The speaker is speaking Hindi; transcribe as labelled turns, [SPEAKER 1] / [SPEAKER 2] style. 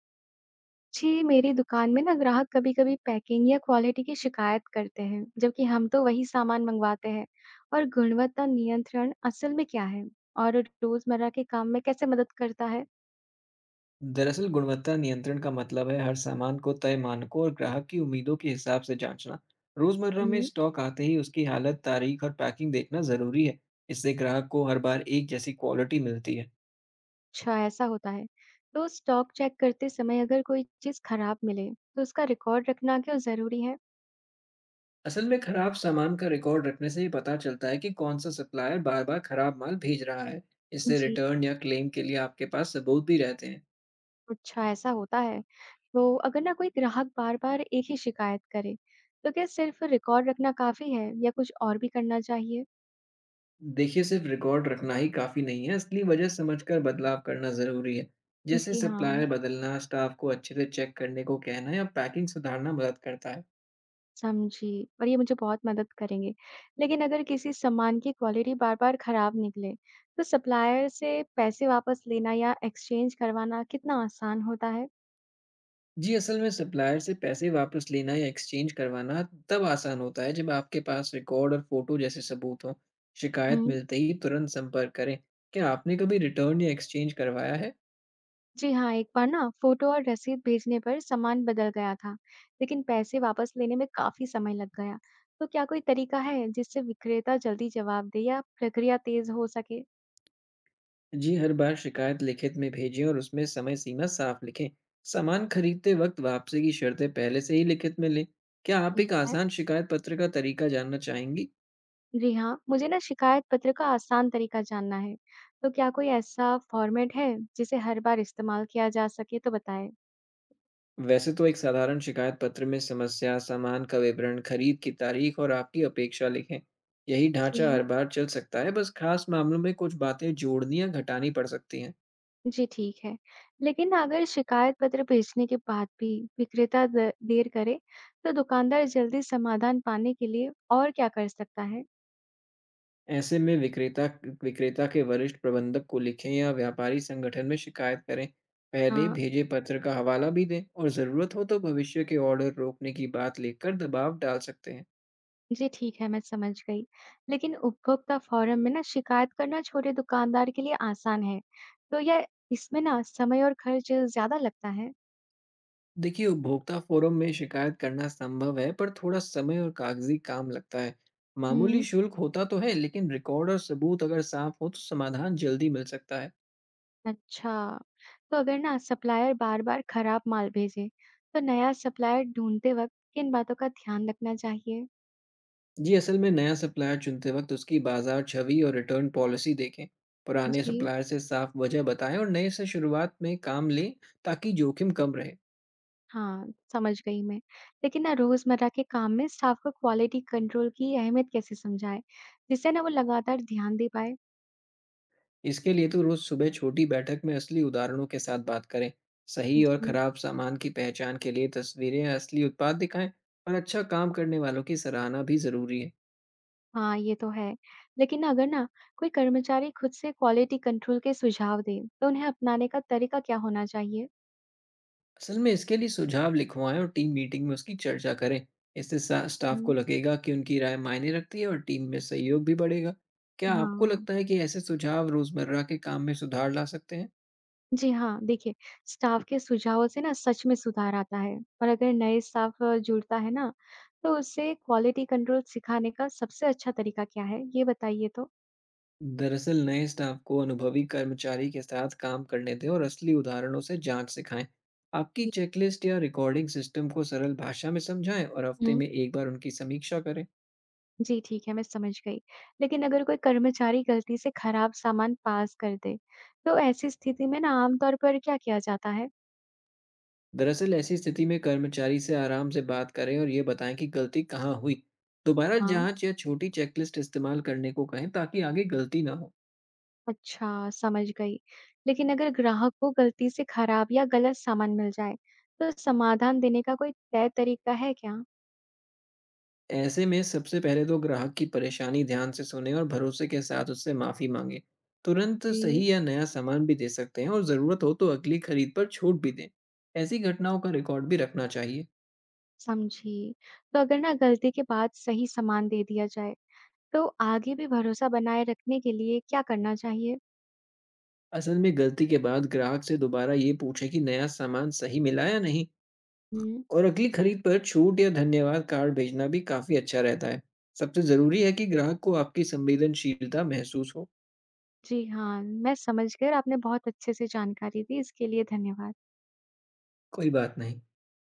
[SPEAKER 1] जी, मेरी दुकान में ना ग्राहक कभी-कभी पैकिंग या क्वालिटी की शिकायत करते हैं, जबकि हम तो वही सामान मंगवाते हैं। और गुणवत्ता नियंत्रण असल में क्या है और रोजमर्रा के काम में कैसे मदद करता है?
[SPEAKER 2] दरअसल गुणवत्ता नियंत्रण का मतलब है हर सामान को तय मानकों और ग्राहक की उम्मीदों के हिसाब से जांचना। रोजमर्रा में
[SPEAKER 1] हम्म।
[SPEAKER 2] स्टॉक आते ही उसकी हालत, तारीख और पैकिंग देखना जरूरी है। इससे ग्राहक को हर बार एक जैसी क्वालिटी मिलती है।
[SPEAKER 1] अच्छा, ऐसा होता है। तो स्टॉक चेक करते समय अगर कोई चीज खराब मिले, तो उसका रिकॉर्ड रखना क्यों जरूरी है?
[SPEAKER 2] असल में खराब सामान का रिकॉर्ड रखने से ही पता चलता है कि कौन सा सप्लायर बार बार खराब माल भेज रहा है। इससे
[SPEAKER 1] जी।
[SPEAKER 2] रिटर्न या क्लेम के लिए आपके पास सबूत भी रहते हैं।
[SPEAKER 1] अच्छा, ऐसा होता है। तो अगर ना कोई ग्राहक बार-बार एक ही शिकायत करे, तो क्या सिर्फ रिकॉर्ड रखना काफी है या कुछ और भी करना चाहिए?
[SPEAKER 2] देखिए, सिर्फ रिकॉर्ड रखना ही काफ़ी नहीं है, असली वजह समझकर बदलाव करना ज़रूरी है। जैसे
[SPEAKER 1] जी हाँ,
[SPEAKER 2] सप्लायर बदलना, स्टाफ को अच्छे से चेक करने को कहना या पैकिंग सुधारना मदद करता है।
[SPEAKER 1] समझी। और ये मुझे बहुत मदद करेंगे। लेकिन अगर किसी सामान की क्वालिटी बार-बार खराब निकले, तो सप्लायर से पैसे वापस लेना या एक्सचेंज करवाना कितना आसान होता है?
[SPEAKER 2] जी, असल में सप्लायर से पैसे वापस लेना या एक्सचेंज करवाना तब आसान होता है जब आपके पास रिकॉर्ड और फ़ोटो जैसे सबूत हों। शिकायत
[SPEAKER 1] हम्म।
[SPEAKER 2] मिलते ही तुरंत संपर्क करें। क्या आपने कभी रिटर्न या एक्सचेंज करवाया है?
[SPEAKER 1] जी हाँ, एक बार ना फोटो और रसीद भेजने पर सामान बदल गया था, लेकिन पैसे वापस लेने में काफी समय लग गया। तो क्या कोई तरीका है जिससे विक्रेता जल्दी जवाब दे या प्रक्रिया तेज हो सके?
[SPEAKER 2] जी, हर बार शिकायत लिखित में भेजें और उसमें समय सीमा साफ लिखें। सामान खरीदते वक्त वापसी की शर्तें पहले से ही लिखित में लें। क्या आप एक
[SPEAKER 1] ठीक है।
[SPEAKER 2] आसान शिकायत पत्र का तरीका जानना चाहेंगी?
[SPEAKER 1] जी हाँ, मुझे ना शिकायत पत्र का आसान तरीका जानना है। तो क्या कोई ऐसा फॉर्मेट है जिसे हर बार इस्तेमाल किया जा सके तो बताएं।
[SPEAKER 2] वैसे तो एक साधारण शिकायत पत्र में समस्या, सामान का विवरण, खरीद की तारीख और आपकी अपेक्षा लिखें। यही ढांचा
[SPEAKER 1] जी,
[SPEAKER 2] हर बार चल सकता है, बस खास मामलों में कुछ बातें जोड़नी या घटानी पड़ सकती हैं।
[SPEAKER 1] जी ठीक है। लेकिन अगर शिकायत पत्र भेजने के बाद भी विक्रेता देर करे, तो दुकानदार जल्दी समाधान पाने के लिए और क्या कर सकता है?
[SPEAKER 2] ऐसे में विक्रेता विक्रेता के वरिष्ठ प्रबंधक को लिखें या व्यापारी संगठन में शिकायत करें। पहले
[SPEAKER 1] हाँ,
[SPEAKER 2] भेजे पत्र का हवाला भी दें और ज़रूरत हो तो भविष्य के ऑर्डर रोकने की बात लेकर दबाव डाल सकते हैं।
[SPEAKER 1] जी ठीक है, मैं समझ गई। लेकिन उपभोक्ता फोरम में ना शिकायत करना छोटे दुकानदार के लिए आसान है। तो यह इसमें ना समय और खर्च ज्यादा लगता है।
[SPEAKER 2] देखिए, उपभोक्ता फोरम में शिकायत करना संभव है, पर थोड़ा समय और कागजी काम लगता है। मामूली
[SPEAKER 1] हम्म।
[SPEAKER 2] शुल्क होता तो है, लेकिन रिकॉर्ड और सबूत अगर साफ हो तो समाधान जल्दी मिल सकता है।
[SPEAKER 1] अच्छा, तो अगर ना सप्लायर बार-बार खराब माल भेजे, तो नया सप्लायर ढूंढते वक्त किन बातों का ध्यान रखना चाहिए?
[SPEAKER 2] जी, असल में नया सप्लायर चुनते वक्त उसकी बाज़ार छवि और रिटर्न पॉलिसी देखें। पुराने
[SPEAKER 1] जी
[SPEAKER 2] सप्लायर से साफ वजह बताएँ और नए से शुरुआत में काम लें ताकि जोखिम कम रहे।
[SPEAKER 1] हाँ, समझ गई मैं। लेकिन ना रोजमर्रा के काम में स्टाफ को क्वालिटी कंट्रोल की अहमियत कैसे समझाएं, जिससे ना वो लगातार ध्यान दे पाए?
[SPEAKER 2] इसके लिए तो रोज़ सुबह छोटी बैठक में असली उदाहरणों के साथ बात करें। सही और
[SPEAKER 1] जी
[SPEAKER 2] ख़राब सामान की पहचान के लिए तस्वीरें या असली उत्पाद दिखाएँ और अच्छा काम करने वालों की सराहना भी ज़रूरी है।
[SPEAKER 1] हाँ, ये तो है। लेकिन ना अगर ना कोई कर्मचारी खुद से क्वालिटी कंट्रोल के सुझाव दे, तो उन्हें अपनाने का तरीका क्या होना चाहिए?
[SPEAKER 2] असल में इसके लिए सुझाव लिखवाएं और टीम मीटिंग में उसकी चर्चा करें। इससे स्टाफ
[SPEAKER 1] हम्म।
[SPEAKER 2] को लगेगा कि उनकी राय मायने रखती है और टीम में सहयोग भी बढ़ेगा। क्या आपको
[SPEAKER 1] हाँ,
[SPEAKER 2] लगता है कि ऐसे सुझाव रोजमर्रा के काम में सुधार ला सकते हैं?
[SPEAKER 1] जी हाँ, देखिए, स्टाफ़ के सुझावों से ना सच में सुधार आता है। और अगर नए स्टाफ़ जुड़ता है ना, तो उससे क्वालिटी कंट्रोल सिखाने का सबसे अच्छा तरीका क्या है? ये बताइए तो?
[SPEAKER 2] दरअसल नए स्टाफ को अनुभवी कर्मचारी के साथ काम करने दें और असली उदाहरणों से जांच सिखाएं। आपकी
[SPEAKER 1] जी।
[SPEAKER 2] चेकलिस्ट या रिकॉर्डिंग सिस्टम को सरल भाषा में समझाएं और हफ्ते
[SPEAKER 1] हुँ।
[SPEAKER 2] में एक बार उनकी समीक्षा करें।
[SPEAKER 1] जी ठीक है, मैं समझ गई। लेकिन अगर कोई कर्मचारी गलती से खराब सामान पास कर दे, तो ऐसी स्थिति में ना आम तौर पर क्या किया जाता है?
[SPEAKER 2] दरअसल ऐसी स्थिति में कर्मचारी से आराम से बात करें और ये बताएं कि गलती कहाँ हुई। दोबारा
[SPEAKER 1] हाँ,
[SPEAKER 2] जांच या छोटी चेकलिस्ट इस्तेमाल करने को कहें ताकि आगे गलती ना हो।
[SPEAKER 1] अच्छा, समझ गई। लेकिन अगर ग्राहक को गलती से खराब या गलत सामान मिल जाए, तो समाधान देने का कोई तय तरीका है क्या?
[SPEAKER 2] ऐसे में सबसे पहले तो ग्राहक की परेशानी ध्यान से सुने और भरोसे के साथ उससे माफ़ी मांगे। तुरंत
[SPEAKER 1] जी।
[SPEAKER 2] सही या नया सामान भी दे सकते हैं और ज़रूरत हो तो अगली खरीद पर छूट भी दें। ऐसी घटनाओं का रिकॉर्ड भी रखना चाहिए।
[SPEAKER 1] समझी। तो अगर ना गलती के बाद सही सामान दे दिया जाए, तो आगे भी भरोसा बनाए रखने के लिए क्या करना चाहिए?
[SPEAKER 2] असल में गलती के बाद ग्राहक से दोबारा ये पूछें कि नया सामान सही मिला या नहीं।
[SPEAKER 1] हुँ।
[SPEAKER 2] और अगली खरीद पर छूट या धन्यवाद कार्ड भेजना भी काफी अच्छा रहता है। सबसे ज़रूरी है कि ग्राहक को आपकी संवेदनशीलता महसूस हो।
[SPEAKER 1] जी हाँ, मैं समझ गई और आपने बहुत अच्छे से जानकारी दी, इसके लिए धन्यवाद।
[SPEAKER 2] कोई बात नहीं।